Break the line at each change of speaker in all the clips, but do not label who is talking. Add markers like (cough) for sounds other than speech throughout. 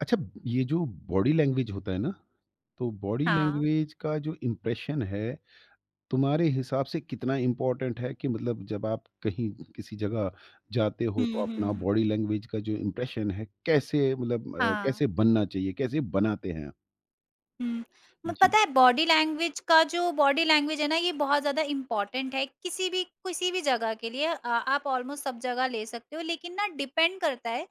अच्छा, ये जो बॉडी लैंग्वेज होता है ना, तो बॉडी
हाँ।
लैंग्वेज का जो इम्प्रेशन है, तुम्हारे हिसाब से कितना इम्पोर्टेंट है कि मतलब जब आप कहीं किसी जगह जाते हो
हुँ,
तो अपना
हुँ।
बॉडी लैंग्वेज का जो इम्प्रेशन है कैसे मतलब
हाँ।
कैसे बनना चाहिए, कैसे बनाते हैं?
हुँ। म
जी
पता है बॉडी लैंग्वेज का जो बॉडी लैंग्वेज है ना ये बहुत ज़्यादा इम्पोर्टेंट है किसी भी जगह के लिए। आप ऑलमोस्ट सब जगह ले सकते हो, लेकिन ना डिपेंड करता है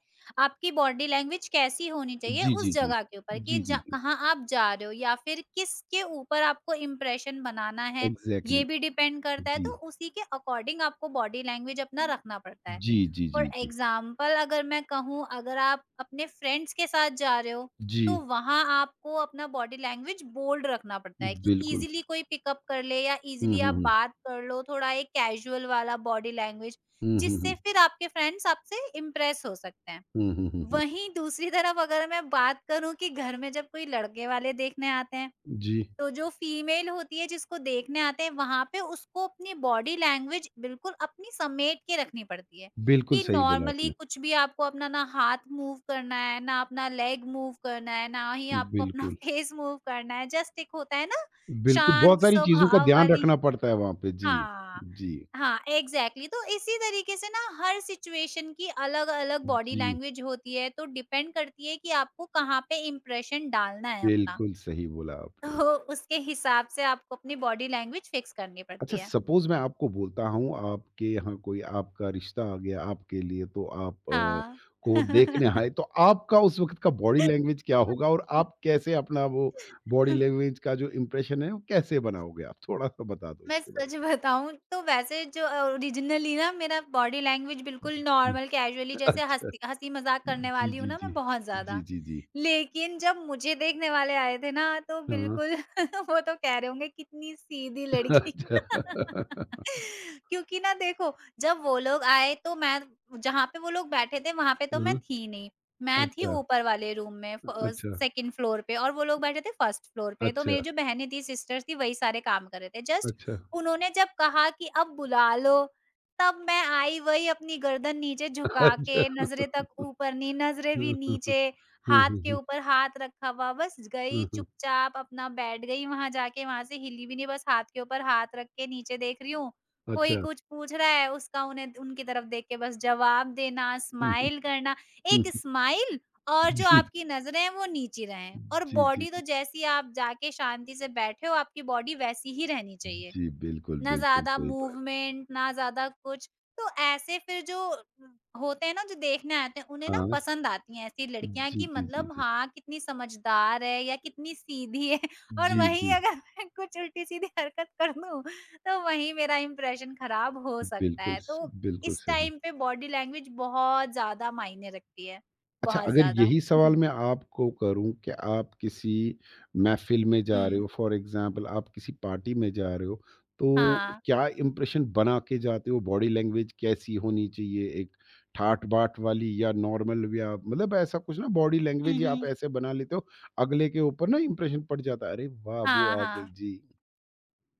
आपकी बॉडी लैंग्वेज कैसी होनी चाहिए
जी जी
उस
जी
जगह के ऊपर कि
जी जी
ज
जी।
कहाँ आप जा रहे हो या फिर किसके ऊपर आपको इम्प्रेशन बनाना है, ये
एग्जैक्टली।
भी डिपेंड करता है।
जी
तो उसी के अकॉर्डिंग आपको बॉडी लैंग्वेज अपना रखना पड़ता है।
जी जी
फॉर
जी जी
एग्ज़ाम्पल, अगर मैं कहूँ, अगर आप अपने फ्रेंड्स के साथ जा रहे हो तो
जी।
वहाँ आपको अपना बॉडी लैंग्वेज बोल्ड रखना पड़ता है कि
बिल्कुल।
इजीली कोई पिकअप कर ले या
हम्म
इजीली आप
हम्म
बात कर लो, थोड़ा एक कैजुअल वाला बॉडी लैंग्वेज
हम्म हम्म हम्म
जिससे फिर आपके फ्रेंड्स आपसे इम्प्रेस हो सकते हैं।
हम्म।
वहीं दूसरी तरफ अगर मैं बात करूं कि घर में जब कोई लड़के वाले देखने आते हैं
जी,
तो जो फीमेल होती है जिसको देखने आते हैं वहां पे उसको अपनी बॉडी लैंग्वेज बिल्कुल अपनी समेट के रखनी पड़ती है
बिल्कुल
कि
सही बोला
नॉर्मली
आपने।
कुछ भी आपको अपना ना हाथ मूव करना है, ना अपना लेग मूव करना है, ना ही आपको अपना
बिल्कुल
(laughs) फेस मूव करना है। जस्ट एक होता है ना,
बिल्कुल, बहुत
शांत
सारी चीज़ों का
स्वभाव
ध्यान
वाली।
रखना पड़ता है वहाँ पे। जी,
हाँ।
जी,
हाँ, एग्जैक्टली, exactly। तो इसी तरीके से ना हर सिचुएशन की अलग अलग बॉडी
जी,
लैंग्वेज होती है, तो डिपेंड करती है कि आपको कहाँ पे इम्प्रेशन डालना है अपना।
बिल्कुल सही बोला आपने।
तो उसके हिसाब से आपको अपनी बॉडी लैंग्वेज फिक्स करनी
अच्छा,
पड़ती है।
सपोज़ मैं आपको बोलता हूँ, आपके यहाँ कोई आपका रिश्ता आ गया आपके लिए तो आप
हाँ।
को देखने आए, तो आपका उस वक़्त का बॉडी लैंग्वेज क्या होगा और
(laughs)
आप कैसे अपना वो बॉडी लैंग्वेज का जो इम्प्रेशन है, वो कैसे बनाओगे आप? थोड़ा-सा बता दो
मैं
इसके बारे
सच
में?
बताऊँ तो वैसे जो ओरिजिनली ना मेरा बॉडी लैंग्वेज बिल्कुल
(laughs) जी,
नॉर्मल कैजुअली जैसे
अच्छा।
हँसी-मज़ाक करने
जी,
वाली हूँ
जी,
ना
जी।
मैं बहुत
जी,
ज़्यादा।
जी, जी।
लेकिन जब मुझे देखने वाले आए थे ना, तो
हाँ।
बिल्कुल (laughs) वो तो कह रहे होंगे कितनी सीधी
(laughs)
लड़की।
अच्छा।
(laughs) क्योंकि ना देखो, जब वो लोग आए तो मैं जहाँ पे वो लोग बैठे थे वहाँ पे तो मैं
हुँ,
थी नहीं। मैं थी
अच्छा,
ऊपर वाले रूम में,
अच्छा।
सेकंड फ्लोर पे, और वो लोग बैठे थे फर्स्ट फ्लोर पे। तो
अच्छा,
मेरी जो बहनें थी, सिस्टर्स थी, वही सारे काम कर रहे थे। जस्ट
अच्छा,
उन्होंने जब कहा कि अब बुला लो, तब मैं आई वही अपनी गर्दन नीचे
(laughs)
झुका के,
अच्छा।
नज़रें भी
हाँ, हाँ, हाँ।
नीचे,
हाँ,
हाथ
हाँ,
के
हाँ।
ऊपर हाथ रखा हुआ, बस गई
हाँ, हाँ।
चुपचाप अपना बैठ गई वहाँ जाके, वहाँ से हिली भी नहीं, बस हाथ के ऊपर हाथ रख के नीचे देख रही हूँ। कोई
अच्छा।
कुछ पूछ रहा है उसका उन्हें उनकी तरफ देख के बस जवाब देना,
(laughs) हुँ, हुँ,
स्माइल करना,
हुँ,
एक
हुँ।
स्माइल, और जो
जी,
आपकी नज़रें हैं वो नीची रहें और
जी, जी,
बॉडी तो
जी।
जैसी आप जाके शांति से बैठे हो, आपकी बॉडी वैसी ही रहनी चाहिए।
जी, बिल्कुल,
ना
बिल्कुल
ज़्यादा
सही बात।
मूवमेंट, ना ज़्यादा कुछ। तो ऐसे फिर जो होते हैं ना, जो देखने आते हैं, उन्हें ना
हाँ।
पसंद आती हैं ऐसी लड़कियाँ
जी,
कि
जी, जी,
मतलब
जी।
हाँ, कितनी समझदार है या कितनी सीधी है। (laughs) और
जी,
वहीं
जी।
अगर मैं कुछ उल्टी-सीधी हरकत कर दूँ, तो वहीं मेरा इंप्रेशन खराब हो सकता
बिल्कुल
है।
स
तो
बिल्कुल
इस
सही।
टाइम पे बॉडी लैंग्वेज बहुत ज़्यादा मायने रखती है,
अच्छा,
बहुत
अगर
ज़्यादा।
यही
हुँ, हुँ।
सवाल मैं आपको करूँ कि आप किसी महफ़िल में जा रहे हो,
(laughs)
फॉर एग्ज़ाम्पल आप किसी पार्टी में जा रहे हो, तो
हाँ।
क्या इम्प्रेशन बना के जाते हो? बॉडी लैंग्वेज कैसी होनी चाहिए? एक ठाट-बाट वाली या नॉर्मल या मतलब ऐसा कुछ ना बॉडी
हुँ,
लैंग्वेज या आप
हुँ।
ऐसे बना लेते हो, अगले के ऊपर ना इम्प्रेशन पड़ जाता है, "अरे वाह!
हाँ,
वो आ गई।"
हाँ।
जी,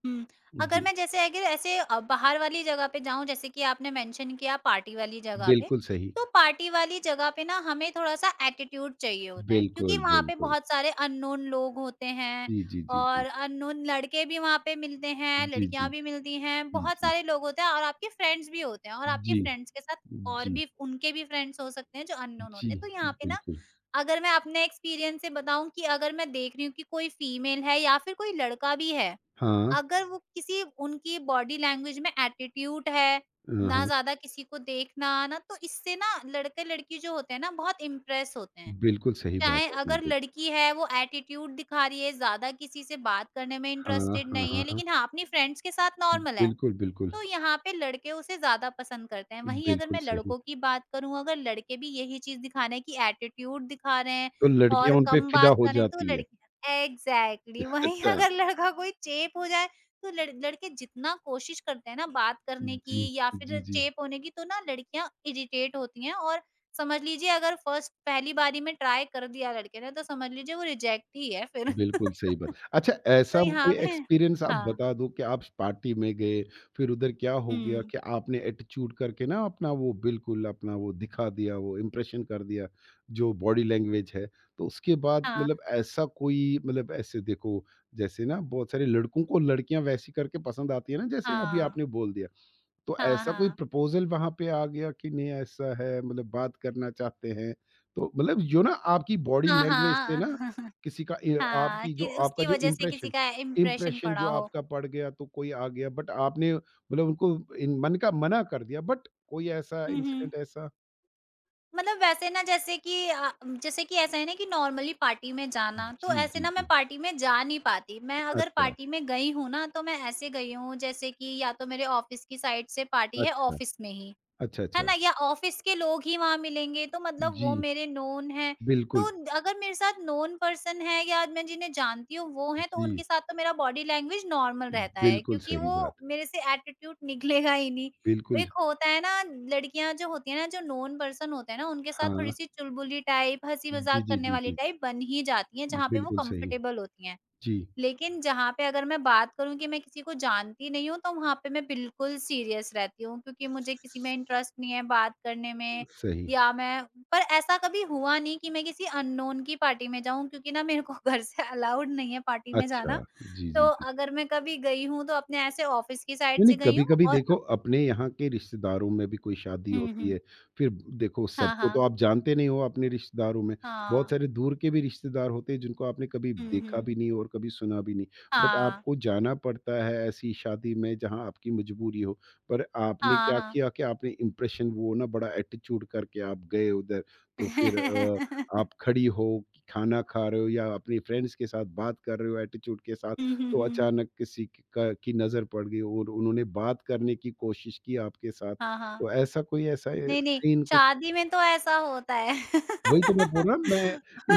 हुँ। अगर
जी।
मैं जैसे अगर ऐसे बाहर वाली जगह पे जाऊँ जैसे कि आपने मेंशन किया पार्टी वाली जगह पे,
बिल्कुल सही।
तो पार्टी वाली जगह पे ना हमें थोड़ा-सा एटीट्यूड चाहिए होता है क्योंकि
बिल्कुल,
वहाँ पे
बिल्कुल।
बहुत सारे अननोन लोग होते हैं,
जी, जी, जी,
और
जी।
अननोन लड़के भी वहाँ पे मिलते हैं,
जी, जी,
लड़कियाँ भी मिलती हैं,
जी,
बहुत
जी।
सारे लोग होते हैं और आपके फ्रेंड्स भी होते हैं और आपके
जी,
फ्रेंड्स के साथ और
जी,
भी उनके भी फ्रेंड्स हो सकते हैं जो अननोन
जी,
होते हैं। तो यहाँ पे ना
बिल्कुल।
अगर मैं अपने एक्सपीरियंस से बताऊँ कि अगर मैं देख रही हूँ कि कोई फीमेल है या फिर कोई लड़का भी है,
हाँ,
अगर वो किसी उनकी बॉडी लैंग्वेज में एटीट्यूड है,
हाँ,
ना
हाँ।
ज़्यादा किसी को देखना ना, तो इससे ना लड़के-लड़की जो होते हैं ना बहुत इम्प्रेस होते हैं।
बिल्कुल सही
चाहे
बात आपने
अगर
बोली।
लड़की है वो एटीट्यूड दिखा रही है, ज़्यादा किसी से बात करने में
हाँ,
इंटरेस्टेड
हाँ,
नहीं
हाँ,
है,
हाँ।
लेकिन हाँ अपनी फ्रेंड्स के साथ नॉर्मल है।
बिल्कुल, बिल्कुल।
तो यहाँ पे लड़के उसे ज़्यादा पसंद करते हैं। वहीं अगर
बिल्कुल
मैं
सही।
लड़कों की बात करूँ, अगर लड़के भी यही चीज़ दिखा रहे हैं कि एटीट्यूड दिखा रहे हैं
तो लड़कियाँ
और
उन पे
कम
फ़िदा
बात
हो
करें, तो
जाती है।
लड़कियाँ एग्ज़ैक्टली
(laughs)
वहीं। (laughs)
अच्छा।
अगर लड़का कोई चेप हो जाए, तो लड़के जितना कोशिश करते हैं ना बात करने की
जी,
या
जी,
फिर
जी।
चेप होने की, तो ना लड़कियाँ इरिटेट होती हैं, और समझ लीजिए अगर फर्स्ट पहली बारी में ट्राई कर दिया लड़के ने तो समझ लीजिए वो रिजेक्ट ही है फिर।
बिल्कुल सही बात।
(laughs)
अच्छा,
तो
ऐसा
यहाँ
कोई
पे
एक्सपीरियंस आप
हाँ।
बता दो कि आप पार्टी में गए, फिर उधर क्या हो गया
हुँ।
कि आपने एटीट्यूड करके ना अपना वो बिल्कुल अपना वो दिखा दिया, वो इम्प्रेशन कर दिया, जो बॉडी लैंग्वेज है। तो उसके बाद
हाँ,
मतलब ऐसा कोई मतलब ऐसे देखो, जैसे ना बहुत सारे लड़कों को लड़कियाँ वैसी करके पसंद आती है ना, जैसे अभी
हाँ।
आपने बोल दिया। तो
हाँ,
ऐसा कोई
हाँ।
प्रपोज़ल वहाँ पे आ गया कि नहीं ऐसा है मतलब बात करना चाहते हैं। तो मतलब जो ना आपकी बॉडी
हाँ,
लैंग्वेज से
हाँ।
ना
(laughs)
किसी का ए
हाँ,
आपकी जो
कि
आपका
उसकी
जो
वज़ह से किसी
इम्प्रेशन,
का इम्प्रेशन
इम्प्रेशन
पड़ा
जो
हो।
आपका पड़ गया तो कोई आ गया, बट आपने मतलब उनको इन मन का मना कर दिया, बट कोई ऐसा
हुँ, हुँ।
इंसिडेंट ऐसा?
मतलब वैसे ना जैसे कि जैसे कि ऐसा है ना कि नॉर्मली पार्टी में जाना, तो
जी,
ऐसे
जी,
ना मैं
जी।
पार्टी में जा नहीं पाती। मैं अगर
अच्छा,
पार्टी में गई हूँ ना, तो मैं ऐसे गई हूँ जैसे कि या तो मेरे ऑफ़िस की साइड से पार्टी है
अच्छा,
ऑफ़िस में ही।
अच्छा,
है
अच्छा।
ना? या ऑफ़िस के लोग ही वहाँ मिलेंगे, तो मतलब वो
जी,
मेरे नोन हैं। तो
बिल्कुल।
अगर मेरे साथ नोन पर्सन है या मैं जिन्हें जानती हूँ वो हैं, तो उनके
जी,
साथ तो मेरा बॉडी लैंग्वेज नॉर्मल रहता है
बिल्कुल
क्योंकि
सही बात।
वो मेरे से एटीट्यूड (laughs) निकलेगा ही नहीं। वो
बिल्कुल
एक होता है ना, लड़कियाँ जो होती हैं ना, जो नोन पर्सन होते हैं ना, उनके साथ
हाँ।
थोड़ी-सी चुलबुली टाइप,
जी,
हँसी-मज़ाक
जी,
करने
जी,
वाली
जी,
टाइप बन ही जाती हैं,
जी।
जहाँ पे वो
बिल्कुल सही।
कंफ़र्टेबल होती हैं।
जी,
लेकिन जहाँ पे अगर मैं बात करूँ कि मैं किसी को जानती नहीं हूँ, तो वहाँ पे मैं बिल्कुल सीरियस रहती हूँ क्योंकि मुझे किसी में इंटरेस्ट नहीं है बात करने में।
सही।
या मैं पर ऐसा कभी हुआ नहीं कि मैं किसी अननोन की पार्टी में जाऊँ क्योंकि ना मेरे को (laughs) घर से अलाउड नहीं है पार्टी में
अच्छा,
जाना।
जी,
तो
जी, जी।
अगर मैं कभी गई हूँ तो अपने ऐसे ऑफ़िस की साइड
नहीं,
से
नहीं,
गई हूँ
कभी-कभी
और
देखो अपने यहाँ के रिश्तेदारों में भी कोई शादी
हुँ,
होती
हुँ।
है, फिर देखो
हाँ,
सबको तो
हाँ।
आप जानते नहीं हो अपने रिश्तेदारों में, बहुत
हाँ।
सारे दूर के भी रिश्तेदार होते हैं जिनको आपने कभी
हुँ,
देखा भी
हुँ।
नहीं और कभी सुना भी नहीं। बट
हाँ।
आपको जाना पड़ता है ऐसी शादी में जहाँ आपकी मजबूरी हो, पर आपने
हाँ,
क्या
हाँ।
किया कि आपने इम्प्रेशन वो ना बड़ा एटीट्यूड करके आप गए उधर, तो फिर
(laughs)
आप खड़ी हो, खाना खा रहे हो या अपने फ्रेंड्स के साथ बात कर रहे हो एटीट्यूड के साथ,
हुँ, हुँ,
तो
हुँ।
अचानक किसी की का की नज़र पड़ गई और उन्होंने बात करने की कोशिश की आपके साथ।
हाँ, हाँ।
तो ऐसा कोई ऐसा ए,
नहीं, नहीं,
सीन कुछ,
शादी में तो ऐसा होता है।
वही तो मैं बोल रहा हूँ, मैं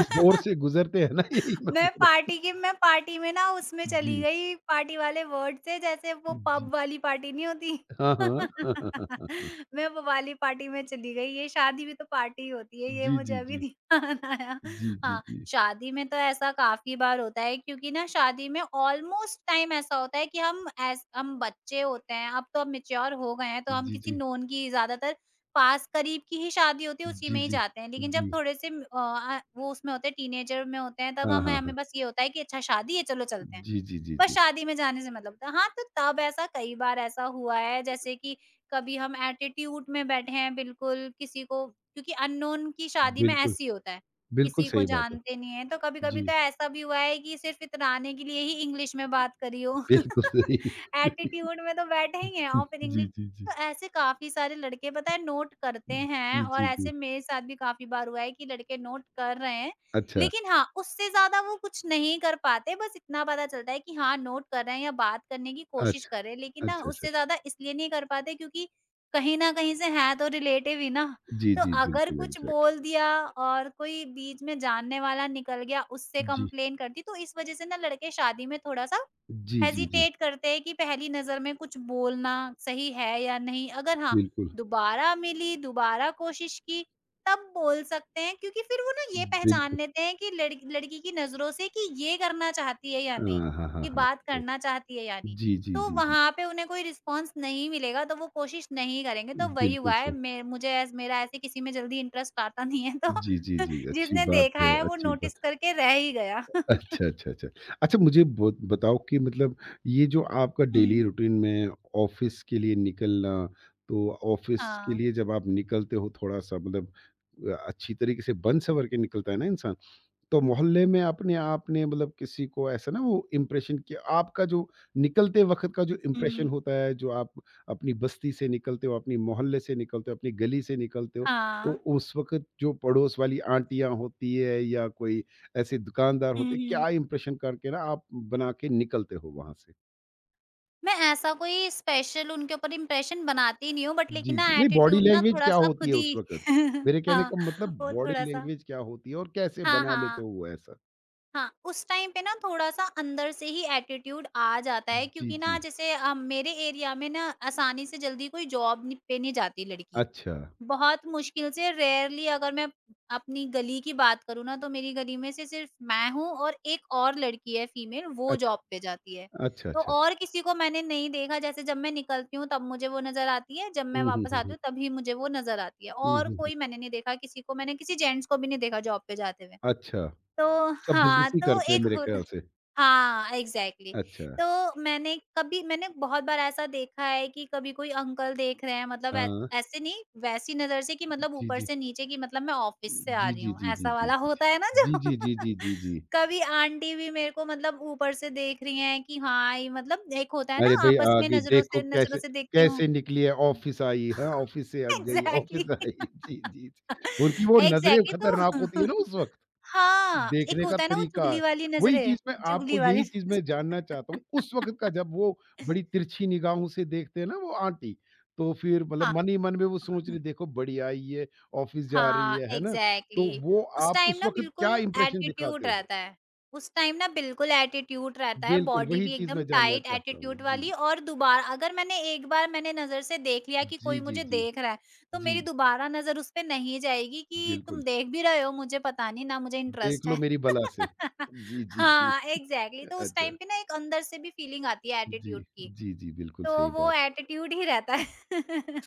इस दौर से गुज़रते हैं ना, यही मैं बोल रहा हूँ।
मैं पार्टी में ना उसमें चली
जी,
गई पार्टी वाले वर्ड से, जैसे वो
जी।
पब वाली पार्टी नहीं होती।
हाँ, हाँ। हाँ, हाँ, हाँ, हाँ,
(laughs)
हाँ।
मैं वो वाली पार्टी में चली गई, ये शादी भी तो पार्टी ही होती है, ये
जी,
मुझे
जी,
अभी
जी।
ध्यान (laughs) आया।
जी, जी,
हाँ,
जी।
शादी में तो ऐसा काफ़ी बार होता है क्योंकि ना शादी में ऑलमोस्ट टाइम ऐसा होता है कि हम बच्चे होते हैं, अब तो हम मैच्योर हो गए हैं, तो हम
जी,
किसी
जी।
नोन की ज़्यादातर पास करीब की ही शादी होती है, उसी
जी,
में ही
जी।
जाते हैं। लेकिन जब
जी।
थोड़े से वो उसमें होते हैं टीनेजर में होते हैं, तब
हाँ,
हम
हाँ, हाँ।
हमें बस ये होता है कि अच्छा शादी है चलो चलते हैं।
जी, जी, जी,
बस
जी।
शादी में जाने से मतलब होता है। हाँ, तो तब ऐसा कई बार ऐसा हुआ है जैसे कि कभी हम एटीट्यूड में बैठे हैं बिल्कुल, किसी को क्योंकि अननोन की शादी में
बिल्कुल,
ऐसे ही होता है,
बिल्कुल
किसी को
सही बात है।
जानते नहीं है। तो कभी-कभी
जी,
तो ऐसा भी हुआ है कि सिर्फ़ इतराने के लिए ही इंग्लिश में बात करी हो। (laughs)
बिल्कुल सही।
एटीट्यूड में तो बैठे ही हैं और
(laughs)
फिर
जी,
इंग्लिश।
जी, जी।
तो ऐसे काफ़ी सारे लड़के पता है नोट करते हैं
जी,
और
जी, जी।
ऐसे मेरे साथ भी काफ़ी बार हुआ है कि लड़के नोट कर रहे हैं।
अच्छा,
लेकिन हाँ, उससे ज़्यादा वो कुछ नहीं कर पाते, बस इतना पता चलता है कि हाँ, नोट कर रहे हैं या बात करने की कोशिश
अच्छा,
कर रहे हैं। लेकिन ना
अच्छा,
उससे
अच्छा।
ज़्यादा इसलिए नहीं कर पाते क्योंकि कहीं न कहीं से हैं तो रिलेटिव ही ना।
जी,
तो
जी,
अगर
बिल्कुल,
कुछ
एग्ज़ैक्टली।
बोल दिया और कोई बीच में जानने वाला निकल गया उससे
जी,
कंप्लेन कर दी, तो इस वज़ह से ना लड़के शादी में थोड़ा-सा
जी, जी, जी,
हेज़िटेट करते हैं कि पहली नज़र में कुछ बोलना सही है या नहीं? अगर हाँ,
बिल्कुल,
दोबारा मिली, दोबारा कोशिश की, तब बोल सकते हैं क्योंकि फिर वो ना ये पहचान
बिल्कुल।
लेते हैं कि लड़की की नज़रों से कि ये करना चाहती है या नहीं,
हाँ, हाँ, हाँ,
ये
हाँ।
बात
तो
करना चाहती है या नहीं।
जी, जी,
तो
जी, जी,
वहाँ पे उन्हें कोई रिस्पॉन्स नहीं मिलेगा, तो वो कोशिश नहीं करेंगे, तो वही
बिल्कुल
हुआ है
सही।
मे मुझे ऐस मेरा ऐसे किसी में जल्दी इंटरेस्ट आता नहीं है तो
जी, जी, जी,
(laughs)
अच्छी
जिसने
बात
देखा
है,
है वो
अच्छी बात।
नोटिस करके रह ही गया। (laughs)
अच्छा, अच्छा, अच्छा। अच्छा, मुझे बोत बताओ कि मतलब ये जो आपका डेली
हुँ।
रूटीन में ऑफ़िस के लिए निकलना, तो ऑफ़िस के
हाँ।
लिए जब आप निकलते हो थोड़ा-सा मतलब अच्छी तरीके से बन-सवर के निकलता है ना इंसान। तो मोहल्ले में अपने आपने मतलब किसी को ऐसा ना वो इम्प्रेशन किया आपका जो निकलते वक़्त का जो
हुँ,
इम्प्रेशन
हुँ।
होता है, जो आप अपनी बस्ती से निकलते हो, अपनी मोहल्ले से निकलते हो, अपनी गली से निकलते हो, तो
हाँ।
उस वक़्त जो पड़ोस वाली आंटियाँ होती है या कोई ऐसे दुकानदार
हुँ,
होते हैं,
हुँ।
क्या इम्प्रेशन करके ना आप बना के निकलते हो वहाँ से?
मैं ऐसा कोई स्पेशल उनके ऊपर इम्प्रेशन बनाती नहीं हूँ बट
जी,
लेकिन ना
जी। नहीं, बॉडी
एटीट्यूड ना
लैंग्वेज क्या
थोड़ा-सा
होती है
खुद
उस
ही
वक़्त?
(laughs)
मेरे कहने
हाँ,
का मतलब
वो
बॉडी
थोड़ा-सा
लैंग्वेज क्या होती है और कैसे
हाँ,
बना लेते
हाँ।
हो वो ऐसा?
हाँ, उस टाइम पे ना थोड़ा-सा अंदर से ही एटीट्यूड आ जाता है
जी,
क्योंकि ना
जी।
जैसे मेरे एरिया में ना आसानी से जल्दी कोई जॉब नि पे नहीं जाती लड़कियाँ।
अच्छा।
बहुत मुश्किल से रेयरली अगर मैं अपनी गली की बात करूँ ना तो मेरी गली में से सिर्फ मैं हूँ और एक और लड़की है फीमेल वो
अच्छा,
जॉब पे जाती है।
अच्छा,
तो
अच्छा।
और किसी को मैंने नहीं देखा जैसे जब मैं निकलती हूँ तब मुझे वो नज़र आती है, जब मैं
हुँ, हुँ,
वापस
हुँ, हुँ।
आती हूँ तभी मुझे वो नज़र आती है
हुँ,
और
हुँ, हुँ।
कोई मैंने नहीं देखा किसी को मैंने किसी जेंट्स को भी नहीं देखा जॉब पे जाते हुए।
अच्छा,
तो
सब
हाँ,
बिज़नेस ही
तो
करते हैं
एक
मेरे
होता
ख़्याल से।
हाँ, एग्ज़ैक्टली
अच्छा,
तो मैंने कभी मैंने बहुत बार ऐसा देखा है कि कभी कोई अंकल देख रहे हैं मतलब ऐ
हाँ।
ऐसे नहीं वैसी नज़र से कि मतलब
जी,
ऊपर
जी।
से नीचे कि मतलब मैं ऑफ़िस से आ
जी,
रही
जी,
हूँ,
जी, जी,
ऐसा
जी,
वाला (laughs)
जी।
होता है ना
जी,
जो
जी, जी, जी, जी, जी।
(laughs) कभी आंटी भी मेरे को मतलब ऊपर से देख रही हैं कि हाँ, ये मतलब एक होता है ना
अरे भई
आपस
आ
में
गई, देखो कैसे
नज़रों से देखती हूँ।
कैसे निकली है,
(laughs)
ऑफ़िस आई, हाँ, ऑफ़िस से आ गई,
एग्ज़ैक्टली
ऑफ़िस आई। (laughs) जी, जी, जी। उनकी वो नज़रें
एग्ज़ैक्टली (laughs)
खतरनाक होती है
तो
ना उस वक़्त।
(laughs) हाँ, एक
देखने का
होता है ना वो
तरीका,
चुगली वाली
वही
नज़रें,
चीज़ मैं आपको,
चुगली वाली
यही चीज़ मैं जानना चाहता हूँ,
नज़र (laughs)
उस वक़्त का जब वो बड़ी तिरछी निगाहों से देखते हैं ना वो आंटी, तो फिर
हाँ,
मतलब मन ही मन में वो सोच रही देखो बढ़िया है ये, ऑफ़िस जा रही
हाँ,
है ना? तो
एग्ज़ैक्टली
वो
उस
आप
टाइम
उस
ना
वक़्त
बिल्कुल
क्या इंप्रेशन दिखाते
एटीट्यूड
हो?
रहता है। उस टाइम ना बिल्कुल एटीट्यूड रहता है,
बिल्कुल,
बॉडी
वही
भी
चीज़
एकदम
मैं जानना
टाइट
चाहता
एटीट्यूड
हूँ। जी।
वाली और दोबारा अगर मैंने एक बार मैंने नज़र से देख लिया कि
जी,
कोई
जी,
मुझे
जी।
देख रहा है, तो
जी,
मेरी दोबारा नज़र उस पे नहीं जाएगी कि
बिल्कुल।
तुम देख भी रहे हो मुझे पता नहीं, ना मुझे
देख
इंटरेस्ट
लो
है।
मेरी बला से।
(laughs)
जी, जी, जी।
हाँ, एग्ज़ैक्टली तो उस
अच्छा।
टाइम पे ना एक अंदर से भी फीलिंग आती है
जी,
एटीट्यूड की,
जी, जी, बिल्कुल
तो वो एटीट्यूड ही रहता है।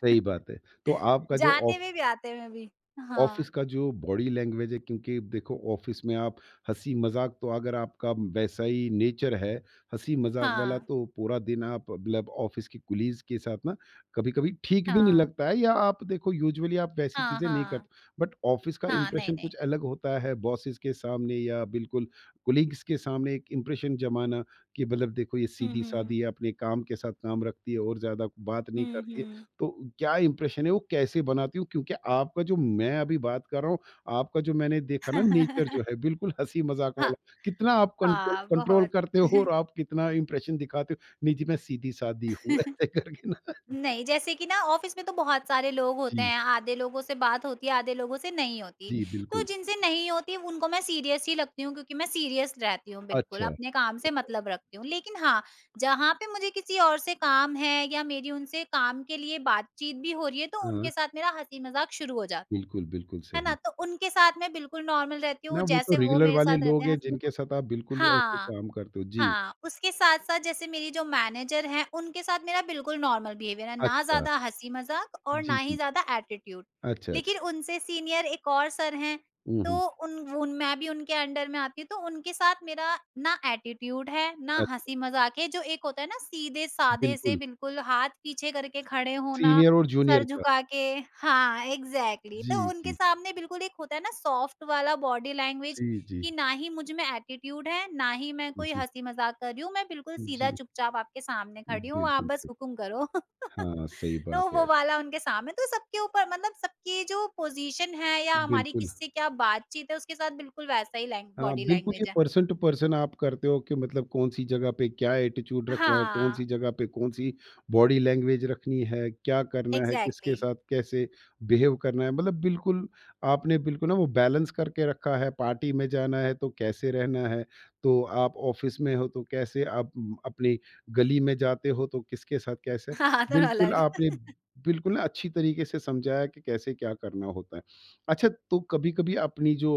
सही बात है। तो आपका जो
जाते
ऑफ
में भी आते में भी।
ऑफिस
हाँ।
का जो बॉडी लैंग्वेज है, क्योंकि देखो ऑफिस में आप हंसी मजाक, तो अगर आपका वैसा ही नेचर है हंसी मजाक वाला,
हाँ,
तो पूरा दिन आप मतलब ऑफिस के कुलीज के साथ ना कभी कभी ठीक भी नहीं
हाँ,
लगता है, या आप देखो यूजुअली आप वैसी
हाँ,
चीजें नहीं
हाँ,
करते, बट ऑफिस का
हाँ, नहीं,
इंप्रेशन
नहीं।
कुछ अलग होता है बॉसेस के सामने या बिल्कुल कुलीग्स के सामने एक इंप्रेशन जमाना कि मतलब देखो ये
हुँ,
सीधी
हुँ,
सादी है, अपने काम के साथ काम रखती है और ज्यादा बात नहीं
हुँ,
करती है,
हुँ।
तो क्या इंप्रेशन है वो कैसे बनाती हूँ? क्योंकि आपका जो मैं अभी बात कर रहा हूँ, आपका जो मैंने देखा ना नेचर जो है
(laughs)
बिल्कुल हँसी-मज़ाक वाला,
हाँ,
कितना आप कंट्रोल
हाँ,
कंट्रोल
बहुत।
करते हो और आप कितना इंप्रेशन दिखाते हो, नहीं जी मैं सीधी-सादी हूँ (laughs) ऐसे
(laughs)
करके ना जी,
नहीं, जैसे कि ना ऑफिस में तो बहुत सारे लोग होते
जी,
हैं, आधे लोगों से बात होती है, आधे लोगों से नहीं होती।
जी
तो
बिल्कुल।
जिनसे नहीं होती उनको मैं सीरियस ही लगती हूँ क्योंकि मैं सीरियस रहती हूँ बिल्कुल,
अच्छा।
अपने काम
अच्छा,
से
अच्छा।
मतलब रखती हूँ। लेकिन हाँ, जहाँ पे मुझे किसी और से काम है या मेरी उनसे काम के लिए बातचीत भी हो रही है, तो
हाँ,
उनके साथ मेरा हँसी-मज़ाक शुरू हो जाता है।
बिल्कुल, बिल्कुल
है ना?
सही।
तो उनके साथ मैं बिल्कुल नॉर्मल रहती
ना
हूँ,
वो तो
जैसे वो
रेगुलर
मेरे
वाले
साथ रहते
लोग
हैं
हैं जिनके
हँसी-मज़ाक
साथ आप बिल्कुल ही ऐसे
हाँ।
काम करते हो। जी,
हाँ, उसके साथ-साथ जैसे मेरी जो मैनेजर हैं, उनके साथ मेरा बिल्कुल नॉर्मल बिहेवियर है, ना
अच्छा।
ज़्यादा हँसी-मज़ाक और
जी,
ना ही
जी।
ज़्यादा एटीट्यूड।
अच्छा, अच्छा।
लेकिन उनसे सीनियर एक और सर हैं,
हुँ, हुँ।
तो उन उन मैं भी उनके अंडर में आती हूँ, तो उनके साथ मेरा ना एटीट्यूड है, ना
अच्छा,
हँसी-मज़ाक है, जो एक होता है ना सीधे-साधे से
बिल्कुल।
बिल्कुल हाथ पीछे करके खड़े होना,
सीनियर और
सर
जूनियर का।
झुका के हाँ, एग्ज़ैक्टली।
जी,
तो उनके
जी।
सामने बिल्कुल एक होता है ना सॉफ्ट वाला बॉडी लैंग्वेज
जी, जी।
कि ना ही मुझ में एटीट्यूड है, ना ही मैं
हुँ,
कोई
हुँ।
हँसी मज़ाक कर रही हूँ, मैं बिल्कुल सीधा
जी,
चुपचाप आपके सामने खड़ी हूँ, आप
बिल्कुल
बस
सही।
हुकुम करो। (laughs)
हाँ, सही
तो
बात है
वो
आज।
वाला उनके सामने तो सबके ऊपर मतलब सबकी जो पोज़ीशन है या हमारी
बिल्कुल
किससे क्या बातचीत है उसके साथ बिल्कुल वैसा ही लैंग
हाँ,
बॉडी
बिल्कुल ये
लैंग्वेज है।
पर्सन टू पर्सन आप करते हो कि मतलब कौन-सी जगह पे क्या एटीट्यूड रखना है, कौन-सी
हाँ,
जगह पे कौन-सी बॉडी लैंग्वेज रखनी है, क्या करना है, किसके
एग्ज़ैक्टली
साथ कैसे बिहेव करना है। मतलब बिल्कुल आपने बिल्कुल ना वो बैलेंस करके रखा है, पार्टी में जाना है तो कैसे रहना है, तो आप ऑफ़िस में हो तो कैसे, आप अपनी गली में जाते हो तो किसके साथ कैसे।
(laughs) हाँ, थोड़ा
बिल्कुल
अलग।
आपने बिल्कुल ना अच्छी तरीके से समझाया कि कैसे क्या करना होता है। अच्छा, तो कभी-कभी अपनी जो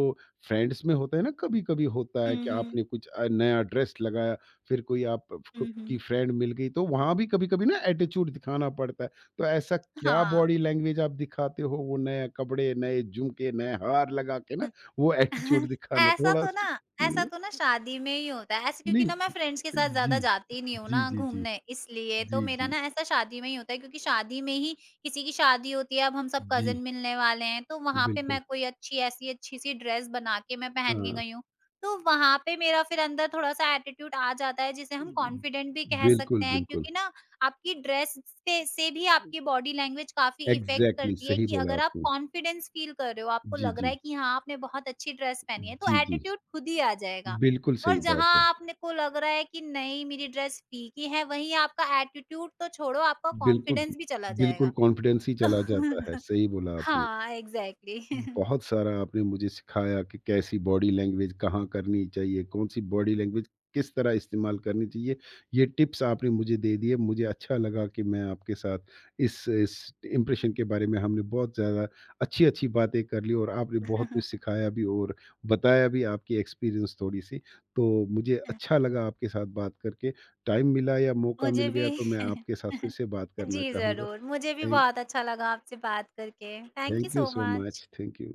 फ्रेंड्स में होता है ना, कभी कभी होता है
हुँ,
कि
हुँ।
आपने कुछ नया ड्रेस लगाया, फिर कोई आप
हुँ,
की
हुँ।
फ्रेंड मिल गई, तो वहां भी कभी कभी ना एटीट्यूड दिखाना पड़ता है, तो ऐसा क्या
हाँ।
बॉडी लैंग्वेज आप दिखाते हो वो नए कपड़े नए झुमके नए हार लगा के ना वो एटीट्यूड
(laughs)
दिखाना
ऐसा
थोड़ा
तो
सा
ना ऐसा
हम्म,
तो ना शादी में ही होता है ऐसे क्योंकि ना मैं
नहीं
फ्रेंड्स के साथ
जी
ज्यादा जाती नहीं हूँ
जी
ना
जी जी
घूमने इसलिए तो
जी
मेरा
जी
ना ऐसा शादी में ही होता है क्योंकि शादी में ही किसी की शादी होती है अब हम सब
जी
कजिन मिलने वाले हैं तो वहां पे
बिल्कुल
मैं कोई अच्छी ऐसी अच्छी सी ड्रेस बना के मैं पहन के
हाँ
गई हूँ तो वहां पे मेरा फिर अंदर थोड़ा सा एटीट्यूड आ जाता है जिसे हम कॉन्फिडेंट भी कह
बिल्कुल
सकते हैं
बिल्कुल
क्योंकि ना आपकी ड्रेस से भी आपकी बॉडी लैंग्वेज काफ़ी इफ़ेक्ट
एग्जैक्टली
करती है
सही
कि
बोला
अगर आप
आपने
कॉन्फिडेंस फ़ील कर रहे हो, आपको
जी
लग
जी
रहा है कि हाँ, आपने बहुत अच्छी ड्रेस पहनी है,
जी
तो
जी
एटीट्यूड खुद ही आ जाएगा।
बिल्कुल
और
सही बात
जहाँ
है
आपने को लग रहा है कि नहीं मेरी ड्रेस फीकी है, वहीं आपका एटीट्यूड तो छोड़ो आपका
बिल्कुल,
कॉन्फिडेंस भी चला
बिल्कुल
जाएगा।
कॉन्फिडेंस ही चला जाता है,
(laughs)
सही बोला आपने।
हाँ, एग्ज़ैक्टली।
बहुत सारा आपने मुझे सिखाया कि कैसी बॉडी लैंग्वेज कहाँ करनी चाहिए, कौन सी बॉडी लैंग्वेज किस तरह इस्तेमाल करनी चाहिए। ये टिप्स आपने मुझे दे दिए, मुझे अच्छा लगा कि मैं आपके साथ इस इम्प्रेशन के बारे में हमने बहुत ज़्यादा अच्छी-अच्छी बातें कर ली और आपने बहुत कुछ
(laughs)
सिखाया भी और बताया भी आपकी एक्सपीरियंस थोड़ी-सी। तो मुझे अच्छा लगा आपके साथ बात करके। टाइम मिला या मौका
मुझे
मिल
भी
गया तो मैं
(laughs)
आपके साथ फिर से बात करना
जी,
चाहूँगा।
ज़रूर। मुझे भी
थैंक
बहुत अच्छा लगा आपसे बात करके। Thank you
thank you
so
so
much.
Much. Thank you.